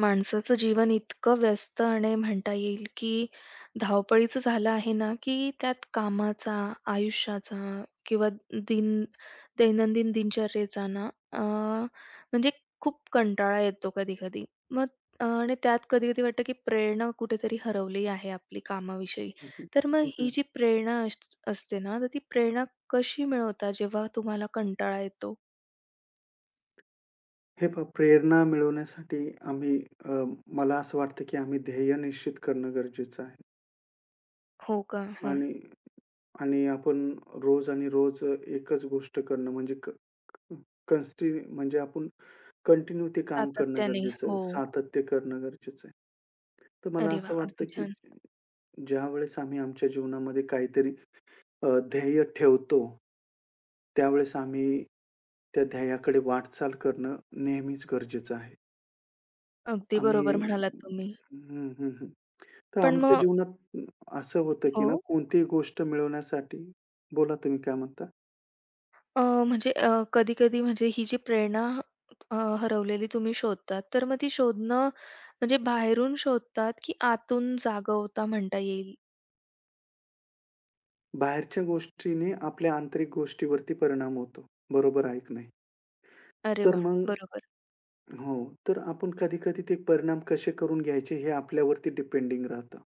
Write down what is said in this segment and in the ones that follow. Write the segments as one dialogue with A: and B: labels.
A: माणसाचं जीवन इतकं व्यस्त आणि म्हणता येईल, की धावपळीचं झालं आहे ना, की त्यात कामाचा, आयुष्याचा किंवा दिन दैनंदिन दिनचर्येचा ना, अ, म्हणजे खूप कंटाळा येतो कधी-कधी. मग आणि त्यात कधी-कधी वाटतं, की प्रेरणा कुठेतरी हरवली आहे आपली कामाविषयी.
B: हं, हं.
A: तर मग
B: हं,
A: ही
B: हं.
A: जी प्रेरणा असते ना, तर ती प्रेरणा कशी मिळवता जेव्हा तुम्हाला कंटाळा येतो?
B: हे पहा, प्रेरणा मिळवण्यासाठी आम्ही अ, मला असं वाटतं, की आम्ही ध्येय निश्चित करणं गरजेचं आहे.
A: हो का? हं.
B: आणि आणि आपण रोज आणि रोज एकच गोष्ट करणं म्हणजे क क- कन्स्टि म्हणजे आपण कंटिन्यू ते काम करणं
A: सातत्याने.
B: गरजेचं
A: हो.
B: आहे. सातत्य करणं गरजेचं आहे. तर मला
A: अरे वाह!
B: असं
A: अगदी
B: वाटतं, की
A: छान.
B: ज्यावेळेस आम्ही आमच्या जीवनामध्ये काहीतरी ध्येय ठेवतो, त्यावेळेस आम्ही त्या ध्येयाकडे वाटचाल करणं नेहमीच गरजेचं आहे.
A: अगदी बरोबर म्हणालात तुम्ही.
B: हं, हं, हं. तर
A: पण
B: आमच्या
A: मग
B: जीवनात असं होतं, की ना
A: हो.
B: कोणतीही गोष्ट मिळवण्यासाठी. बोला, तुम्ही काय म्हणता?
A: अ, म्हणजे कधी-कधी म्हणजे ही जी प्रेरणा अ, हरवलेली तुम्ही शोधतात, तर मग ती शोधणं म्हणजे बाहेरून शोधतात, की आतून जागवता म्हणता येईल?
B: बाहेरच्या गोष्टीने आपल्या आंतरिक गोष्टीवरती परिणाम होतो. बरोबर आहे की नाही?
A: अरे
B: तर
A: वाह!
B: मग
A: बरोबर.
B: हो. तर आपण कधी-कधी ते परिणाम कसे करून घ्यायचे, हे आपल्यावरती डिपेंडिंग राहतं.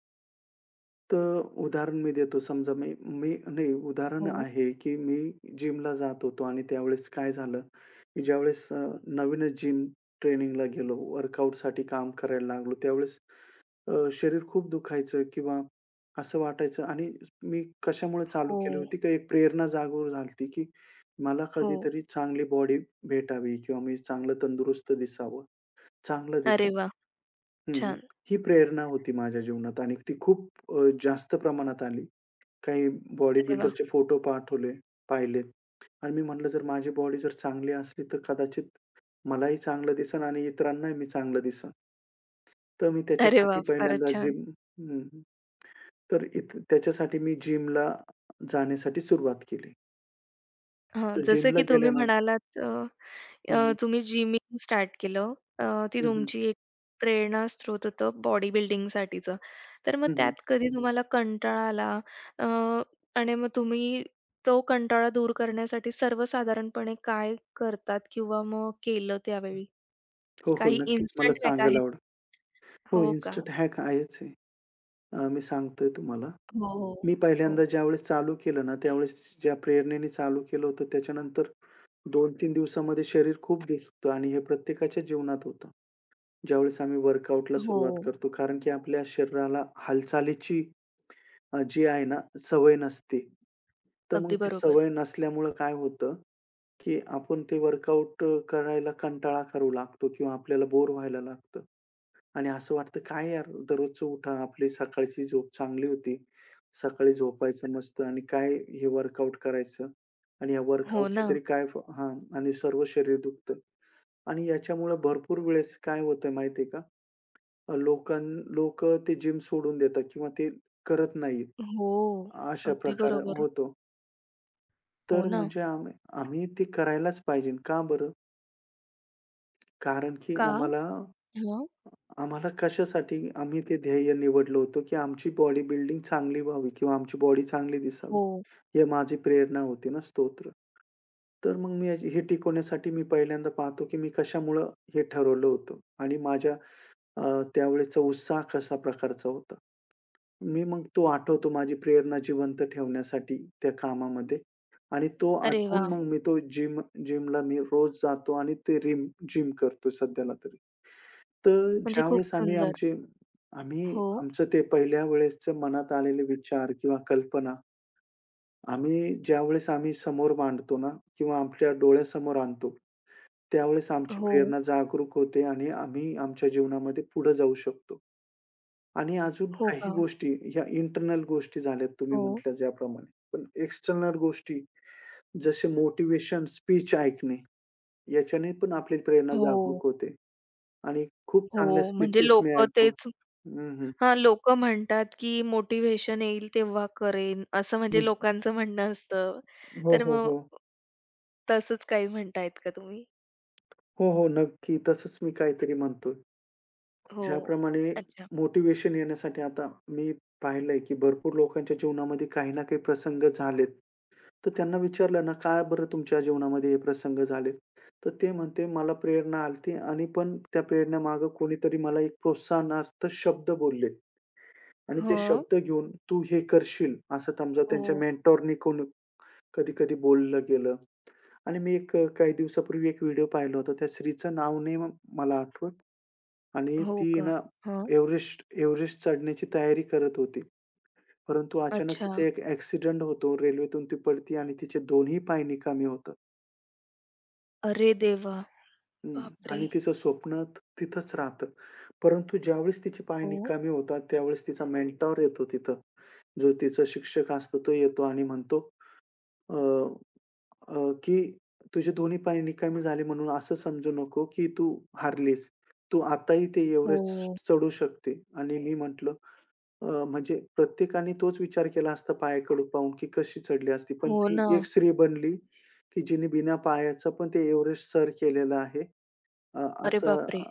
B: तर उदाहरण मी देतो. समजा मी. नाही, उदाहरण
A: हो,
B: आहे, की मी जिमला जात होतो आणि त्यावेळेस काय झालं, की ज्यावेळेस नवीनच जिम ट्रेनिंगला गेलो, वर्कआउटसाठी काम करायला लागलो, त्यावेळेस शरीर खूप दुखायचं किंवा असं वाटायचं. आणि मी कशामुळे चालू
A: हो,
B: केली होती, की एक प्रेरणा जागरूक झाली, की मला
A: हो.
B: कधीतरी चांगली बॉडी भेटावी किंवा मी चांगलं तंदुरुस्त दिसावं, चांगलं
A: अरे
B: दिसावं.
A: वाह!
B: हं,
A: छान.
B: ही प्रेरणा होती माझ्या जीवनात आणि ती खूप जास्त प्रमाणात आली. काही बॉडी
A: अरे वाह!
B: बिल्डरचे फोटो पाहिलेत आणि मी म्हटलं, जर माझी बॉडी जर चांगली असली, तर कदाचित मलाही चांगलं दिसेल आणि इतरांनाही मी चांगलं दिसेल. तर मी
A: अरे वाह!
B: त्याच्यासाठी
A: फारच
B: पहिल्यांदा
A: छान.
B: हं, हं. तर त्याच्यासाठी मी जिमला जाण्यासाठी सुरुवात केली.
A: हां,
B: तर
A: जसं
B: जिमला
A: की तुम्ही
B: गेल्यानंतर.
A: म्हणालात अ,
B: हं,
A: अ,
B: हं.
A: तुम्ही जिमिंग स्टार्ट केलं. अ, ती
B: हं, हं.
A: तुमची एक प्रेरणा स्रोत होतं बॉडी बिल्डिंगसाठीचं. तर मग
B: हं, हं.
A: त्यात कधी तुम्हाला कंटाळा आला, अ, आणि मग तुम्ही तो कंटाळा दूर करण्यासाठी सर्वसाधारणपणे काय करतात किंवा मग केलं त्यावेळी?
B: हो, हो.
A: काही
B: नक्कीच मला
A: इन्स्टंट हॅक
B: सांगायला
A: आहेत?
B: आवडेल. हो,
A: हो का?
B: इन्स्टंट हॅक आहेच आहे. मी सांगतोय तुम्हाला.
A: हो, हो.
B: मी
A: हो.
B: पहिल्यांदा ज्यावेळेस चालू केलं ना, त्यावेळेस, ज्या प्रेरणेने चालू केलं होतं त्याच्यानंतर 2-3 दिवसामध्ये शरीर खूप दुखतं आणि हे प्रत्येकाच्या जीवनात होतं. ज्यावेळेस आम्ही वर्कआउटला
A: हो.
B: सुरुवात करतो, कारण की आपल्या शरीराला हालचालीची जी आहे ना, सवय नसते. तर मग
A: अगदी
B: ती
A: बरोबर.
B: सवय नसल्यामुळं काय होतं, की आपण ते वर्कआउट करायला कंटाळा करू लागतो किंवा आपल्याला बोर व्हायला लागतं आणि असं वाटतं, "काय यार, दररोजचं उठा. आपली सकाळची झोप चांगली होती. सकाळी झोपायचं मस्त, आणि काय हे वर्कआउट करायचं आणि या
A: हो
B: वर्कआउटचे
A: ना.
B: तरी काय." हां, आणि सर्व शरीर दुखतं. आणि याच्यामुळं भरपूर वेळेस काय होतंय माहिती आहे का? अ, लोकां लोकं ते जिम सोडून देतात किंवा ते करत नाहीत.
A: हो.
B: अशा
A: अगदी
B: प्रकार
A: बरोबर.
B: होतो.
A: हो
B: तर
A: ना.
B: म्हणजे आम्ही आम्ही ते करायलाच पाहिजे. का बरं? कारण की
A: का?
B: आम्हाला
A: हां.
B: आम्हाला कशासाठी आम्ही ते ध्येय निवडलं होतं, की आमची बॉडी बिल्डिंग चांगली व्हावी किंवा आमची बॉडी चांगली दिसावी.
A: हो.
B: हे माझी प्रेरणा होती ना, स्तोत्र. तर मग मी हे टिकवण्यासाठी मी पहिल्यांदा पाहतो, की मी कशामुळं हे ठरवलं होतं आणि माझ्या त्यावेळेचा उत्साह कशा प्रकारचा होता. मी मग तो आठवतो, माझी प्रेरणा जिवंत ठेवण्यासाठी त्या कामामध्ये, आणि तो
A: अरे
B: आठवून
A: वाह!
B: मग मी तो जिमला मी रोज जातो आणि ते जिम करतो सध्याला तरी. तर
A: म्हणजे खूप
B: ज्यावेळेस आम्ही
A: सुंदर.
B: आमचे आम्ही
A: हो,
B: आमचं ते पहिल्या वेळेसच्या मनात आलेले विचार किंवा कल्पना ज्यावेळेस आम्ही समोर मांडतो ना, किंवा आपल्या डोळ्यासमोर आणतो, त्यावेळेस आमची
A: हो,
B: प्रेरणा जागरूक होते आणि आम्ही आमच्या जीवनामध्ये पुढे जाऊ शकतो. आणि अजून
A: हो
B: काही
A: का?
B: गोष्टी, ह्या इंटर्नल गोष्टी झाल्यात तुम्ही
A: हो,
B: म्हटल्या ज्याप्रमाणे. पण एक्सटर्नल गोष्टी जसे मोटिवेशन स्पीच ऐकणे, याच्याने पण आपली प्रेरणा
A: हो,
B: जागरूक होते आणि खूप चांगल्या
A: हो. म्हणजे
B: स्पीचेस मी
A: लोकं
B: ऐकतो.
A: तेच
B: हं, हं.
A: हां, लोकं म्हणतात, की मोटिव्हेशन येईल तेव्हा करेन, असं म्हणजे
B: हं.
A: लोकांचं म्हणणं असतं.
B: हो,
A: तर
B: हो,
A: मग
B: हो.
A: तसंच काही म्हणतायत का तुम्ही?
B: हो, हो. नक्की. तसंच मी काहीतरी म्हणतोय.
A: हो.
B: ज्याप्रमाणे
A: अच्छा.
B: मोटिव्हेशन येण्यासाठी आता मी पाहिलंय, की भरपूर लोकांच्या जीवनामध्ये काही ना काही प्रसंग झालेत. तर त्यांना विचारलं ना, "का बरं तुमच्या जीवनामध्ये हे प्रसंग झाले?" तर ते म्हणते, "मला प्रेरणा आलती आणि पण त्या प्रेरणेमागे कोणीतरी मला एक प्रोत्साहनार्थ शब्द बोलले आणि ते
A: हं.
B: शब्द घेऊन तू हे करशील." असं समजा त्यांच्या
A: हो,
B: मेंटॉरनी कोणी कधी-कधी बोललं गेलं. आणि मी काही दिवसापूर्वी एक व्हिडिओ पाहिला होता. त्या स्त्रीचं नाव नाही, मला आठवत. आणि
A: हो
B: ती
A: का?
B: ना,
A: हं.
B: एव्हरेस्ट एव्हरेस्ट चढण्याची तयारी करत होती. परंतु अचानक
A: अच्छा.
B: तिचा एक ॲक्सिडेंट होतो. रेल्वेतून ती पडते आणि तिचे दोन्ही पाय निकामी होतात.
A: अरे देवा!
B: हं.
A: बापरे!
B: आणि तिचं स्वप्न तिथंच राहतं. परंतु ज्यावेळेस तिचे पाय
A: हो,
B: निकामी होतात, त्यावेळेस तिचा मेंटॉर येतो तिथं. जो तिचा शिक्षक असतो, तो येतो आणि म्हणतो, अ, अ, की, "तुझे दोन्ही पाय निकामी झाले म्हणून असं समजू नको, की तू हारलीस. तू आताही ते
A: हो,
B: एव्हरेस्ट चढू शकते." आणि मी म्हटलं, म्हणजे प्रत्येकाने तोच विचार केला असता, पायाकडे पाहून, की कशी चढली असती. पण
A: हो
B: ती
A: ना.
B: एक स्त्री बनली, की जिने बिना पायाचं पण ते एव्हरेस्ट सर केलेलं आहे. अ,
A: अरे
B: असं
A: बापरे!
B: अ,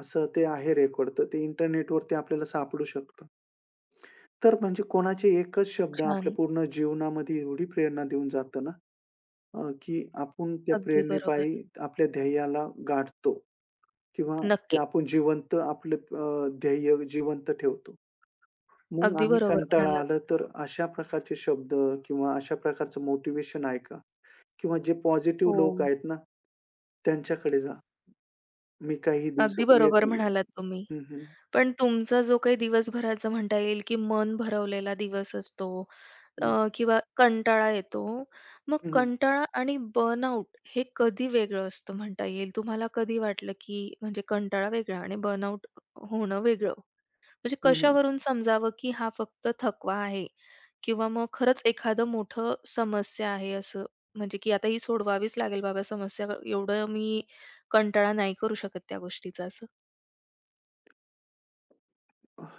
B: असं ते आहे रेकॉर्ड. तर ते इंटरनेटवरती आपल्याला सापडू शकतं. तर म्हणजे कोणाचे एकच
A: खूप
B: शब्द आपल्या
A: छान.
B: पूर्ण जीवनामध्ये एवढी प्रेरणा देऊन जातं ना, की आपण त्या
A: अगदी बरोबर.
B: प्रेरणेपायी आपल्या ध्येयाला गाठतो किंवा ते
A: नक्की.
B: आपण आपलं ध्येय जिवंत ठेवतो. मग
A: अगदी
B: आम्ही
A: बरोबर
B: कंटाळा
A: म्हणालात.
B: आलं तर, अशा प्रकारचे शब्द किंवा अशा प्रकारचं मोटिव्हेशन आहे का? किंवा जे पॉझिटिव्ह लोक
A: हो,
B: आहेत ना, त्यांच्याकडे जा. मी काही
A: अगदी
B: दिवसापूर्वी एक.
A: बरोबर म्हणालात
B: हं,
A: तुम्ही.
B: हं.
A: पण तुमचा जो काही दिवसभराचा म्हणता येईल, की मन भरवलेला दिवस असतो, अ, किंवा कंटाळा येतो. मग
B: हं, हं.
A: कंटाळा आणि बर्नआउट हे कधी वेगळं असतं म्हणता येईल? तुम्हाला कधी वाटलं, की म्हणजे कंटाळा वेगळा आणि बर्नआउट होणं वेगळं. म्हणजे
B: हं, हं.
A: कशावरून समजावं, की हा फक्त थकवा आहे किंवा मग खरंच एखादं मोठं समस्या आहे असं, म्हणजे की आता ही सोडवावीच लागेल बाबा समस्या, एवढं मी कंटाळा नाही करू शकत त्या गोष्टीचा असं.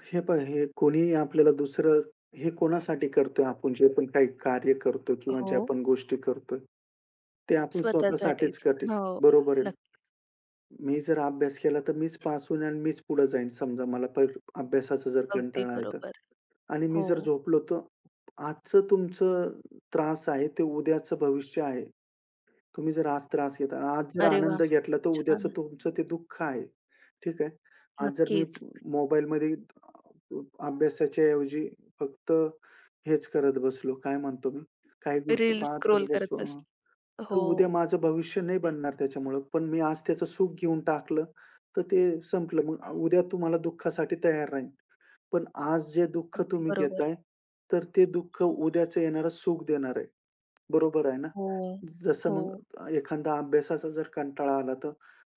B: हे पहा, हे कोणीही आपल्याला दुसरं हे कोणासाठी करतोय आपण, जे पण काही कार्य करतो किंवा
A: हो.
B: ज्या पण गोष्टी करतोय, ते आपण स्वतःसाठीच
A: स्वतःसाठीच.
B: करते.
A: हो,
B: बरोबर आहे.
A: नक्की.
B: मी जर अभ्यास केला तर मीच पास होईन आणि मीच पुढे जाईन. समजा मला अभ्यासाचा जर
A: अगदी
B: कंटाळा आहे, तर
A: बरोबर.
B: आणि मी
A: हो.
B: जर झोपलो तर, आजचं तुमचं त्रास आहे ते उद्याचं भविष्य आहे. तुम्ही जर आज त्रास घेता आज जर
A: अरे वा,
B: आनंद घेतला, तर
A: छान.
B: उद्याचं तुमचं ते दुःख आहे. ठीक आहे. आज जर मी
A: नक्कीच.
B: मोबाईलमध्ये अभ्यासाच्या ऐवजी फक्त हेच करत बसलो, काय म्हणतो मी, काही गोष्टी
A: रील्स
B: पाहतच
A: स्क्रोल करत
B: बसलो
A: बस
B: हां, तर
A: हो,
B: उद्या माझं भविष्य नाही बनणार त्याच्यामुळं. पण मी आज त्याचं सुख घेऊन टाकलं, तर ते संपलं. मग उद्या तुम्हाला दुःखासाठी तयार राहीन. पण आज जे दुःख
A: अगदी
B: तुम्ही
A: बरोबर.
B: घेताय, तर ते दुःख उद्याचं येणारं सुख देणार आहे. बरोबर आहे ना?
A: हो,
B: जसं मग
A: हो,
B: एखादा अभ्यासाचा जर कंटाळा आला, तर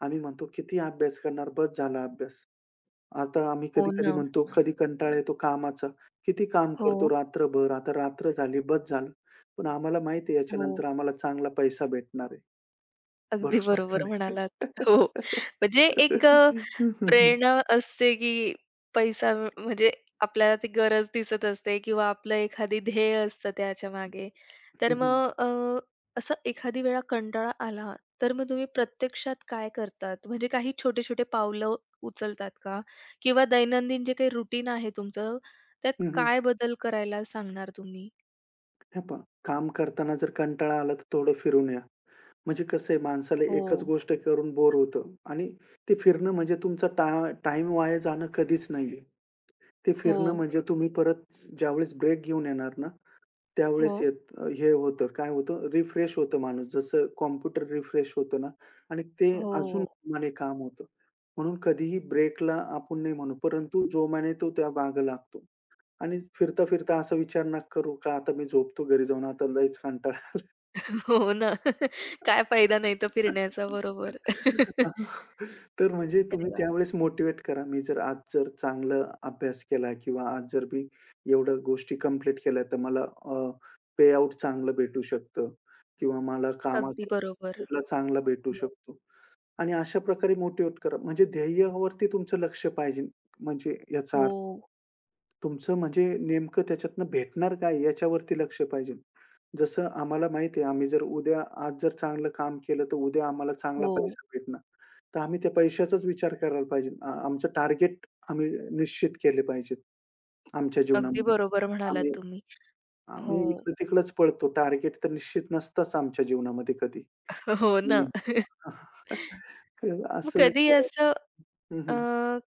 B: आम्ही म्हणतो, "किती अभ्यास करणार? बस झाला अभ्यास." आता आम्ही
A: हो
B: कधी-कधी
A: ना.
B: म्हणतो, कधी कंटाळा येतो कामाचा, "किती काम
A: हो,
B: करतो रात्रभर? आता रात्र झाली, बस झालं." पण आम्हाला माहिती आहे
A: हो.
B: याच्यानंतर आम्हाला चांगला पैसा भेटणार आहे.
A: अगदी
B: बरोबर का
A: बरोबर
B: नाही?
A: म्हणालात. हो,
B: हं,
A: म्हणजे
B: हं,
A: एक
B: हं.
A: प्रेरणा असते, की पैसा म- म्हणजे आपल्याला ती गरज दिसत असते किंवा आपलं एखादी ध्येय असतं त्याच्यामागे. तर मग असं एखादी वेळा कंटाळा आला, तर मग तुम्ही प्रत्यक्षात काय करतात? म्हणजे काही छोटे-छोटे पावलं उचलतात का? किंवा दैनंदिन जे काही रुटीन आहे तुमचं, त्यात काय बदल करायला सांगणार तुम्ही?
B: हे पहा, काम करताना जर कंटाळा आला, तर थोडं फिरून या. म्हणजे कसं आहे, माणसाला एकच
A: हो.
B: गोष्ट करून बोर होतं. आणि ते फिरणं म्हणजे तुमचा टाईम वाया जाणं कधीच नाहीये. ते
A: हो.
B: फिरणं म्हणजे तुम्ही परत ज्यावेळेस ब्रेक घेऊन येणार ना,
A: हो.
B: त्यावेळेस काय होतं, रिफ्रेश होतं माणूस. जसं कॉम्प्युटर रिफ्रेश होतं ना, आणि ते अजून
A: हो.
B: जोमाने काम होतं. म्हणून कधीही ब्रेकला आपण नाही म्हणू, परंतु जोमाने तो त्या मागे लागतो. आणि फिरता-फिरता असा विचार नका करू, का आता मी झोपतो घरी जाऊन, आता लयच कंटाळा.
A: हो ना. काय फायदा नाही तर फिरण्याचा. बरोबर.
B: तर म्हणजे
A: अरे
B: तुम्ही
A: वाह!
B: त्यावेळेस मोटिव्हेट करा. मी जर आज जर चांगला अभ्यास केला किंवा आज जर मी एवढ्या गोष्टी कंप्लीट केल्या, तर मला पेआउट चांगलं भेटू शकतं किंवा मला
A: अगदी
B: कामाचे
A: बरोबर.
B: बदला चांगला भेटू शकतो. आणि अशा प्रकारे मोटिव्हेट करा. म्हणजे ध्येयावरती तुमचं लक्ष पाहिजे. म्हणजे याचा अर्थ,
A: हो,
B: तुमचं म्हणजे नेमकं त्याच्यातनं भेटणार काय, याच्यावरती लक्ष पाहिजे. जसं आम्हाला माहिती आहे, आम्ही जर आज जर चांगलं काम केलं, तर उद्या आम्हाला चांगला
A: हो.
B: पैसा भेटणार. तर आम्ही त्या पैशाचाच विचार करायला पाहिजे. आमचं टार्गेट आम्ही निश्चित केले पाहिजेत आमच्या
A: अगदी
B: जीवनामध्ये.
A: बरोबर
B: हं. आम्ही
A: म्हणालात तुम्ही. हो,
B: आम्ही इकडं-तिकडंच पळतो. टार्गेट तर निश्चित नसताच आमच्या जीवनामध्ये कधी.
A: हो ना.
B: आणि तर
A: मग
B: असं. हं,
A: अ,
B: हं.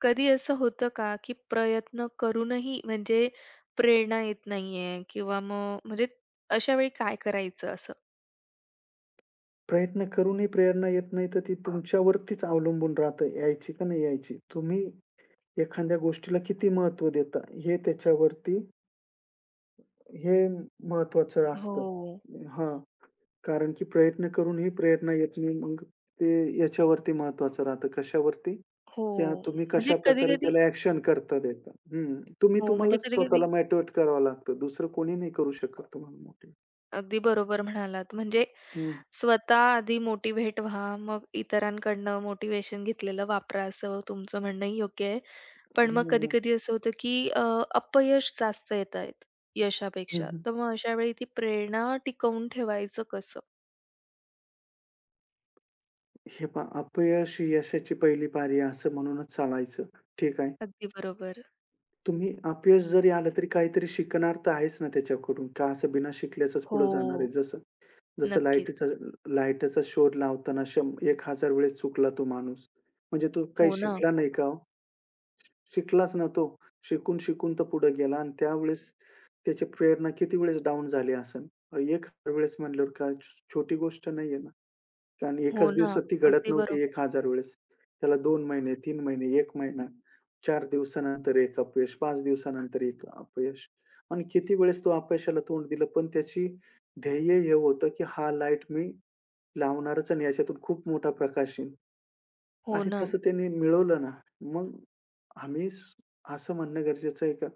A: कधी असं होतं का, की प्रयत्न करूनही म्हणजे प्रेरणा येत नाहीये किंवा मग म्हणजे अशा वेळी काय करायचं असं?
B: प्रयत्न करूनही प्रेरणा येत नाही, तर ती, हां, तुमच्यावरतीच अवलंबून राहतं, यायची का नाही यायची. तुम्ही एखाद्या गोष्टीला किती महत्त्व देता, हे त्याच्यावरती हे महत्वाचं असतं.
A: हो,
B: हां, कारण की प्रयत्न करूनही प्रेरणा येत नाही. मग ते याच्यावरती महत्वाचं राहतं. कशावरती?
A: हो.
B: किंवा तुम्ही
A: म्हणजे
B: कशाप्रकारे
A: कधी-कधी
B: त्याला ॲक्शन करता देता. हं. तुम्ही
A: हो, म्हणजे
B: तुम्हालाच
A: कधी-कधी
B: स्वतःला मोटिव्हेट करावं लागतं. दुसरं कोणी नाही करू शकत तुम्हाला मोटिव्हेट.
A: अगदी बरोबर म्हणालात. म्हणजे
B: हं,
A: स्वतः आधी मोटिव्हेट व्हा, मग इतरांकडनं मोटिव्हेशन घेतलेलं वापरा, असं तुमचं म्हणणंही योग्य आहे. पण मग
B: हं,
A: कधी-कधी असं होतं, की अपयश जास्त येत आहेत यशापेक्षा.
B: हं,
A: तर मग अशा वेळी ती प्रेरणा टिकवून ठेवायचं कसं?
B: हे पहा, अपयश ही यशाची पहिली पायरी आहे, असं म्हणूनच चालायचं. ठीक आहे.
A: अगदी बरोबर.
B: तुम्ही अपयश जरी आलं तरी काहीतरी शिकणार तर आहेच ना त्याच्याकडून. का असं बिना शिकल्याचंच पुढे जाणार आहे,
A: हो,
B: जसं जसं
A: नक्कीच.
B: लाईटाचा शोध लावताना 1,000 वेळेस चुकला तो माणूस. म्हणजे तो काही
A: हो ना,
B: शिकला नाही का हो? शिकलाच ना तो. शिकून, शिकून तो पुढे गेला. आणि त्यावेळेस त्याची प्रेरणा किती वेळेस डाउन झाली असेल. 1,000 वेळेस म्हटल्यावर काय, छोटी गोष्ट नाहीये ना. कारण
A: हो
B: एकाच
A: ना.
B: दिवसात ती घडत
A: अगदी
B: नव्हती
A: बरोबर.
B: 1,000 वेळेस. त्याला 2 महिने, 3 महिने, 1 महिना, 4 दिवसानंतर 1 अपयश, 5 दिवसानंतर 1 अपयश, आणि किती वेळेस तो अपयशाला तोंड दिलं. पण त्याची ध्येय हे होतं, की हा लाईट मी लावणारच आणि याच्यातून खूप मोठा प्रकाश येईल,
A: हो
B: आणि
A: ना,
B: तसं त्यांनी मिळवलं ना, मग आम्ही असं म्हणणं गरजेचं आहे का?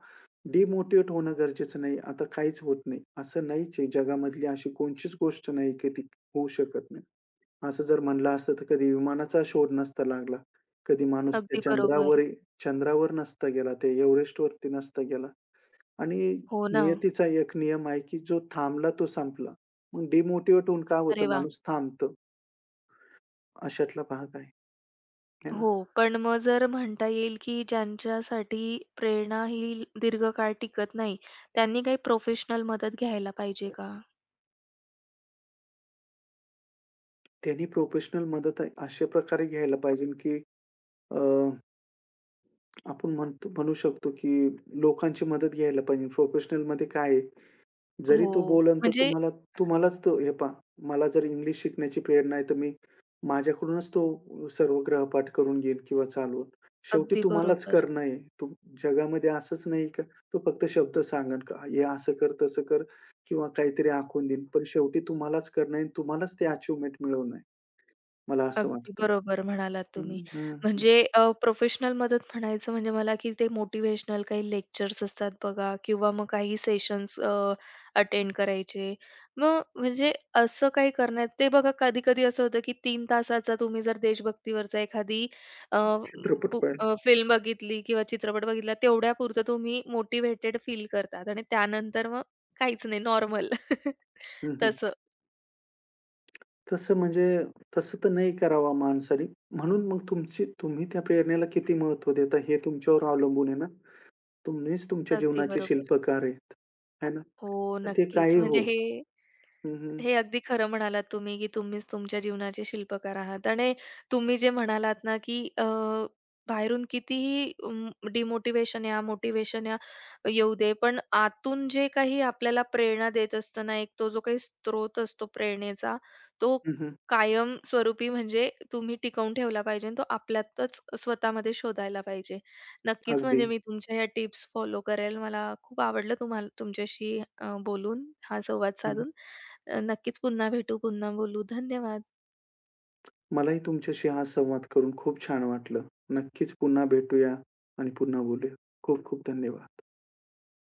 B: डिमोटिव्हेट होणं गरजेचं नाही. आता काहीच होत नाही, असं नाहीच आहे. जगामधली अशी कोणचीच गोष्ट नाही की ती होऊ शकत नाही. असं जर म्हणलं असतं तर कधी विमानाचा शोध नसता लागला. कधी माणूस
A: अगदी
B: त्या
A: बरोबर.
B: चंद्रावर नसता गेला. ते एव्हरेस्टवरती नसता गेला. आणि
A: हो ना.
B: नियतीचा एक नियम आहे, की जो थांबला तो संपला. मग डिमोटिव्हेट होऊन काय
A: अरे
B: होतं,
A: वाह!
B: माणूस थांबतो. अशातला भाग आहे. आहे ना.
A: हो, पण मग जर म्हणता येईल, की ज्यांच्यासाठी प्रेरणा ही दीर्घकाळ टिकत नाही, त्यांनी काही प्रोफेशनल मदत घ्यायला पाहिजे का?
B: त्यांनी प्रोफेशनल मदत अशा प्रकारे घ्यायला पाहिजे, की अ, आपण म्हणतो म्हणू शकतो, की लोकांची मदत घ्यायला पाहिजे. प्रोफेशनलमध्ये काय आहे, जरी
A: हो,
B: तो बोलन तर
A: म्हणजे
B: तुम्हाला, तुम्हालाच तो हे पहा, मला जर इंग्लिश शिकण्याची प्रेरणा आहे, तर मी माझ्याकडूनच तो सर्व गृहपाठ करून घेईन किंवा चालवून. शेवटी
A: अगदी
B: तुम्हालाच
A: बरोबर.
B: करणं आहे. तू, जगामध्ये असंच नाही का, तो फक्त शब्द सांगेल का, "हे असं कर, तसं कर" किंवा काहीतरी आखून देईन. पण शेवटी तुम्हालाच करणं आहे, तुम्हालाच ते अचीव्हमेंट मिळवणं आहे. मला असं
A: अगदी
B: वाटतं.
A: बरोबर म्हणालात
B: हं,
A: तुम्ही.
B: हं, हं.
A: म्हणजे प्रोफेशनल मदत म्हणायचं म्हणजे मला की ते मोटिव्हेशनल काही लेक्चर्स असतात बघा किंवा मग काही सेशन्स अटेंड करायचे. मग म्हणजे असं काही करण्यात ते बघा कधी-कधी असं होतं की तीन तासाचा तुम्ही जर देशभक्तीवरचा एखादी
B: चित्रपट पाहिला.
A: फिल्म बघितली किंवा चित्रपट बघितला तेवढ्यापुरतं तुम्ही मोटिव्हेटेड फील करतात आणि त्यानंतर मग काहीच नाही नॉर्मल.
B: हं, हं.
A: तसं.
B: तसं म्हणजे, तसं तर नाही करावा माणसाने. म्हणून मग तुमची तुम्ही त्या प्रेरणेला किती महत्व देता, हे तुमच्यावर अवलंबून आहे ना. तुम्हीच तुमच्या
A: अगदी
B: जीवनाचे
A: बरोबर.
B: शिल्पकार आहेत. आहे ना.
A: हो,
B: तर ते
A: नक्कीच.
B: काही
A: म्हणजे
B: हो.
A: हे
B: हं, हं.
A: हे अगदी खरं म्हणालात तुम्ही, की तुम्हीच तुमच्या जीवनाचे शिल्पकार आहात आणि तुम्ही जे म्हणालात ना, की बाहेरून कितीही या, मोटिवेशन या येऊ दे, पण आतून जे काही आपल्याला प्रेरणा देत असतं ना, एक तो जो काही स्रोत असतो प्रेरणेचा, तो
B: हं, हं.
A: कायमस्वरूपी म्हणजे तुम्ही टिकवून ठेवला पाहिजे आणि तो आपल्यातच स्वतःमध्ये शोधायला पाहिजे. नक्कीच
B: अगदी.
A: म्हणजे मी तुमच्या ह्या टिप्स फॉलो करेल. मला खूप आवडलं तुम्हाला तुमच्याशी बोलून, हा संवाद
B: हं, हं.
A: साधून. नक्कीच पुन्हा भेटू, पुन्हा बोलू. धन्यवाद.
B: मलाही तुमच्याशी हा संवाद करून खूप छान वाटलं. नक्कीच पुन्हा भेटूया आणि पुन्हा बोलूया. खूप खूप धन्यवाद.